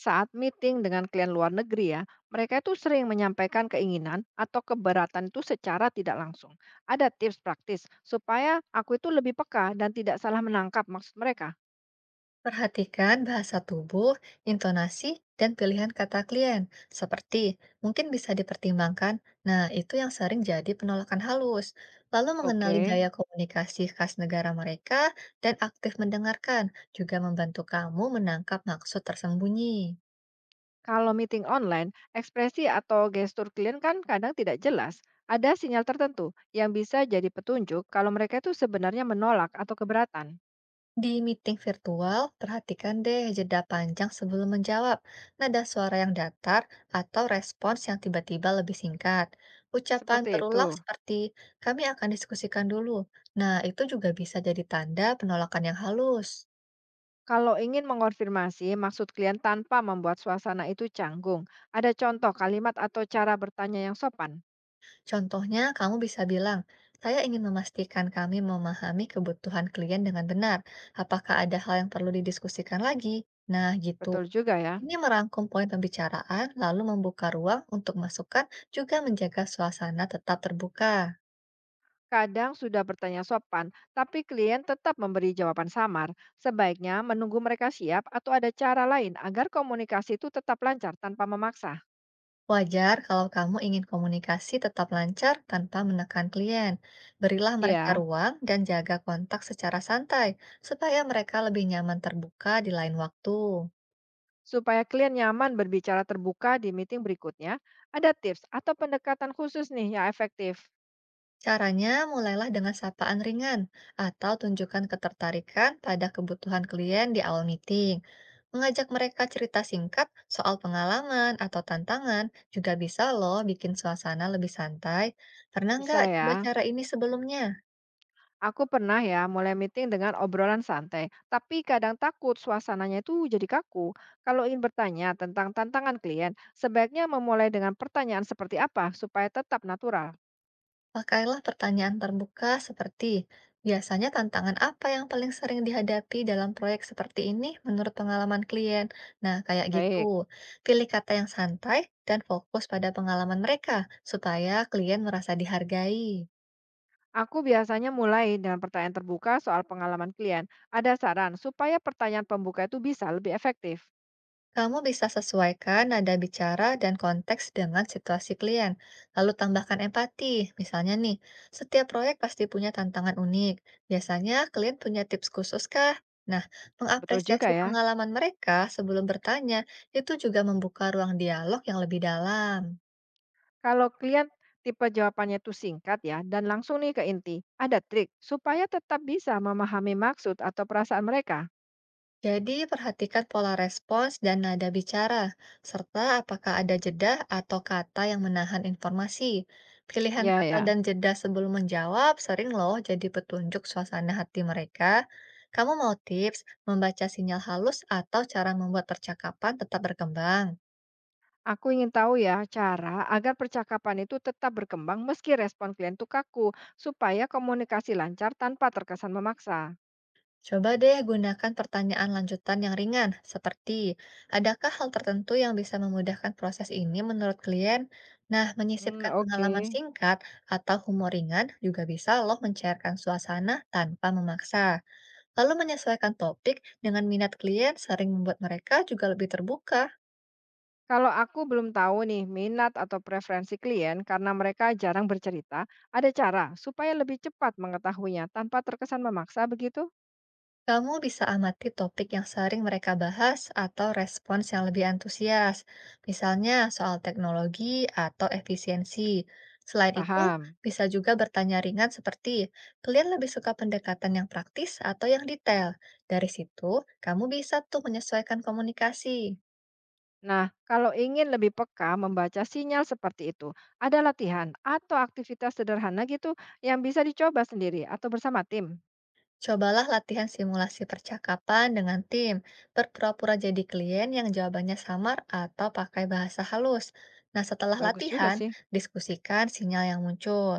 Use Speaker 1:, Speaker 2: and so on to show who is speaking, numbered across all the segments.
Speaker 1: Saat meeting dengan klien luar negeri ya, mereka itu sering menyampaikan keinginan atau keberatan itu secara tidak langsung. Ada tips praktis supaya aku itu lebih peka dan tidak salah menangkap maksud mereka.
Speaker 2: Perhatikan bahasa tubuh, intonasi, dan pilihan kata klien. Seperti mungkin bisa dipertimbangkan. Nah, itu yang sering jadi penolakan halus. Lalu mengenali
Speaker 1: Oke.
Speaker 2: gaya komunikasi khas negara mereka dan aktif mendengarkan juga membantu kamu menangkap maksud tersembunyi.
Speaker 1: Kalau meeting online, ekspresi atau gestur klien kan kadang tidak jelas. Ada sinyal tertentu yang bisa jadi petunjuk kalau mereka itu sebenarnya menolak atau keberatan.
Speaker 2: Di meeting virtual, perhatikan deh jeda panjang sebelum menjawab, nada suara yang datar, atau respons yang tiba-tiba lebih singkat. Ucapan
Speaker 1: Seperti
Speaker 2: berulang
Speaker 1: itu.
Speaker 2: seperti, kami akan diskusikan dulu. Nah, itu juga bisa jadi tanda penolakan yang halus.
Speaker 1: Kalau ingin mengonfirmasi maksud klien tanpa membuat suasana itu canggung, ada contoh kalimat atau cara bertanya yang sopan?
Speaker 2: Contohnya, kamu bisa bilang, saya ingin memastikan kami memahami kebutuhan klien dengan benar. Apakah ada hal yang perlu didiskusikan lagi? Nah, gitu.
Speaker 1: Betul juga ya.
Speaker 2: Ini merangkum poin pembicaraan, lalu membuka ruang untuk masukan, juga menjaga suasana tetap terbuka.
Speaker 1: Kadang sudah bertanya sopan, tapi klien tetap memberi jawaban samar. Sebaiknya menunggu mereka siap atau ada cara lain agar komunikasi itu tetap lancar tanpa memaksa.
Speaker 2: Wajar kalau kamu ingin komunikasi tetap lancar tanpa menekan klien. Berilah mereka
Speaker 1: Ya,
Speaker 2: ruang dan jaga kontak secara santai, supaya mereka lebih nyaman terbuka di lain waktu.
Speaker 1: supaya klien nyaman berbicara terbuka di meeting berikutnya, ada tips atau pendekatan khusus nih yang efektif.
Speaker 2: Caranya, mulailah dengan sapaan ringan atau tunjukkan ketertarikan pada kebutuhan klien di awal meeting. Mengajak mereka cerita singkat soal pengalaman atau tantangan juga bisa loh bikin suasana lebih santai. Pernah nggak
Speaker 1: Bisa
Speaker 2: coba
Speaker 1: ya.
Speaker 2: cara ini sebelumnya?
Speaker 1: Aku pernah ya mulai meeting dengan obrolan santai, tapi kadang takut suasananya itu jadi kaku. Kalau ingin bertanya tentang tantangan klien, sebaiknya memulai dengan pertanyaan seperti apa supaya tetap natural.
Speaker 2: Pakailah pertanyaan terbuka seperti, biasanya tantangan apa yang paling sering dihadapi dalam proyek seperti ini menurut pengalaman klien? Nah, kayak gitu.
Speaker 1: Baik,
Speaker 2: Pilih kata yang santai dan fokus pada pengalaman mereka supaya klien merasa dihargai.
Speaker 1: aku biasanya mulai dengan pertanyaan terbuka soal pengalaman klien. Ada saran supaya pertanyaan pembuka itu bisa lebih efektif.
Speaker 2: Kamu bisa sesuaikan nada bicara dan konteks dengan situasi klien, lalu tambahkan empati. Misalnya nih, setiap proyek pasti punya tantangan unik. Biasanya klien punya tips khusus kah? Nah,
Speaker 1: Betul
Speaker 2: mengapresiasi
Speaker 1: juga ya.
Speaker 2: pengalaman mereka sebelum bertanya itu juga membuka ruang dialog yang lebih dalam.
Speaker 1: Kalau klien tipe jawabannya itu singkat ya dan langsung nih ke inti. Ada trik supaya tetap bisa memahami maksud atau perasaan mereka.
Speaker 2: Jadi, perhatikan pola respons dan nada bicara, serta apakah ada jeda atau kata yang menahan informasi. Pilihan
Speaker 1: Ya
Speaker 2: kata
Speaker 1: ya.
Speaker 2: dan jeda sebelum menjawab sering loh jadi petunjuk suasana hati mereka. Kamu mau tips membaca sinyal halus atau cara membuat percakapan tetap berkembang?
Speaker 1: Aku ingin tahu ya cara agar percakapan itu tetap berkembang meski respon klien tuh kaku, supaya komunikasi lancar tanpa terkesan memaksa.
Speaker 2: Coba deh gunakan pertanyaan lanjutan yang ringan, seperti adakah hal tertentu yang bisa memudahkan proses ini menurut klien? Nah,
Speaker 1: Hmm,
Speaker 2: menyisipkan
Speaker 1: oke.
Speaker 2: pengalaman singkat atau humor ringan juga bisa loh mencairkan suasana tanpa memaksa. Lalu menyesuaikan topik dengan minat klien sering membuat mereka juga lebih terbuka.
Speaker 1: Kalau aku belum tahu nih minat atau preferensi klien karena mereka jarang bercerita, ada cara supaya lebih cepat mengetahuinya tanpa terkesan memaksa begitu?
Speaker 2: Kamu bisa amati topik yang sering mereka bahas atau respons yang lebih antusias, misalnya soal teknologi atau efisiensi. Selain itu,
Speaker 1: Paham.
Speaker 2: bisa juga bertanya ringan seperti, kalian lebih suka pendekatan yang praktis atau yang detail? Dari situ, kamu bisa tuh menyesuaikan komunikasi.
Speaker 1: Nah, kalau ingin lebih peka membaca sinyal seperti itu, ada latihan atau aktivitas sederhana gitu yang bisa dicoba sendiri atau bersama tim.
Speaker 2: Cobalah latihan simulasi percakapan dengan tim. Berpura-pura jadi klien yang jawabannya samar atau pakai bahasa halus. Nah, setelah
Speaker 1: Bagus juga
Speaker 2: latihan,
Speaker 1: sih.
Speaker 2: diskusikan sinyal yang muncul.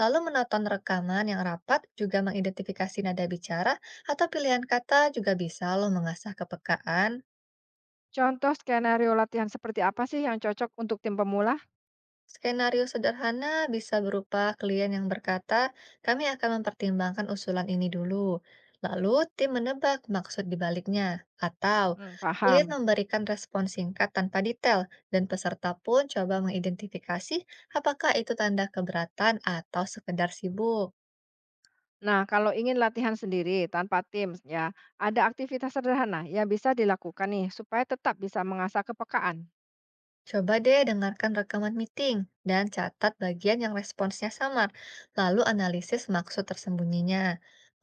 Speaker 2: Lalu menonton rekaman yang rapat juga mengidentifikasi nada bicara atau pilihan kata juga bisa lo mengasah kepekaan.
Speaker 1: Contoh skenario latihan seperti apa sih yang cocok untuk tim pemula?
Speaker 2: Skenario sederhana bisa berupa klien yang berkata, "Kami akan mempertimbangkan usulan ini dulu." Lalu tim menebak maksud dibaliknya, atau
Speaker 1: Hmm,
Speaker 2: klien
Speaker 1: paham.
Speaker 2: memberikan respon singkat tanpa detail, dan peserta pun coba mengidentifikasi apakah itu tanda keberatan atau sekedar sibuk.
Speaker 1: Nah, kalau ingin latihan sendiri tanpa tim, ya ada aktivitas sederhana yang bisa dilakukan nih supaya tetap bisa mengasah kepekaan.
Speaker 2: Coba deh dengarkan rekaman meeting dan catat bagian yang responsnya samar, lalu analisis maksud tersembunyinya.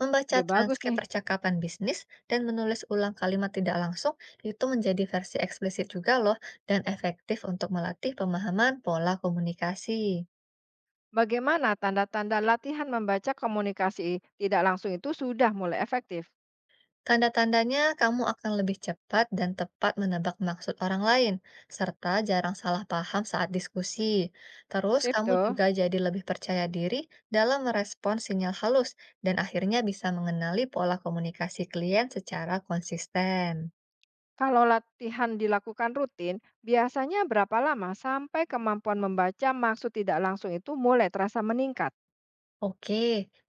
Speaker 2: Membaca
Speaker 1: Ide bagus
Speaker 2: transkrip
Speaker 1: nih.
Speaker 2: percakapan bisnis dan menulis ulang kalimat tidak langsung itu menjadi versi eksplisit juga loh dan efektif untuk melatih pemahaman pola komunikasi.
Speaker 1: Bagaimana tanda-tanda latihan membaca komunikasi tidak langsung itu sudah mulai efektif?
Speaker 2: Tanda-tandanya kamu akan lebih cepat dan tepat menebak maksud orang lain, serta jarang salah paham saat diskusi. Terus,
Speaker 1: Sip
Speaker 2: kamu
Speaker 1: tuh.
Speaker 2: juga jadi lebih percaya diri dalam merespons sinyal halus, dan akhirnya bisa mengenali pola komunikasi klien secara konsisten.
Speaker 1: Kalau latihan dilakukan rutin, biasanya berapa lama sampai kemampuan membaca maksud tidak langsung itu mulai terasa meningkat?
Speaker 2: Oke,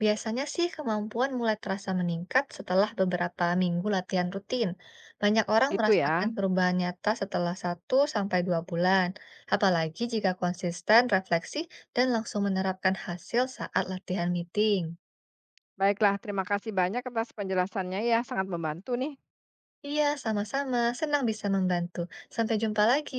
Speaker 2: biasanya sih kemampuan mulai terasa meningkat setelah beberapa minggu latihan rutin. Banyak orang
Speaker 1: Itu
Speaker 2: merasakan
Speaker 1: ya.
Speaker 2: perubahan nyata setelah 1 sampai 2 bulan, apalagi jika konsisten, refleksi, dan langsung menerapkan hasil saat latihan meeting.
Speaker 1: Baiklah, terima kasih banyak atas penjelasannya ya, sangat membantu nih.
Speaker 2: Iya, sama-sama. Senang bisa membantu. Sampai jumpa lagi.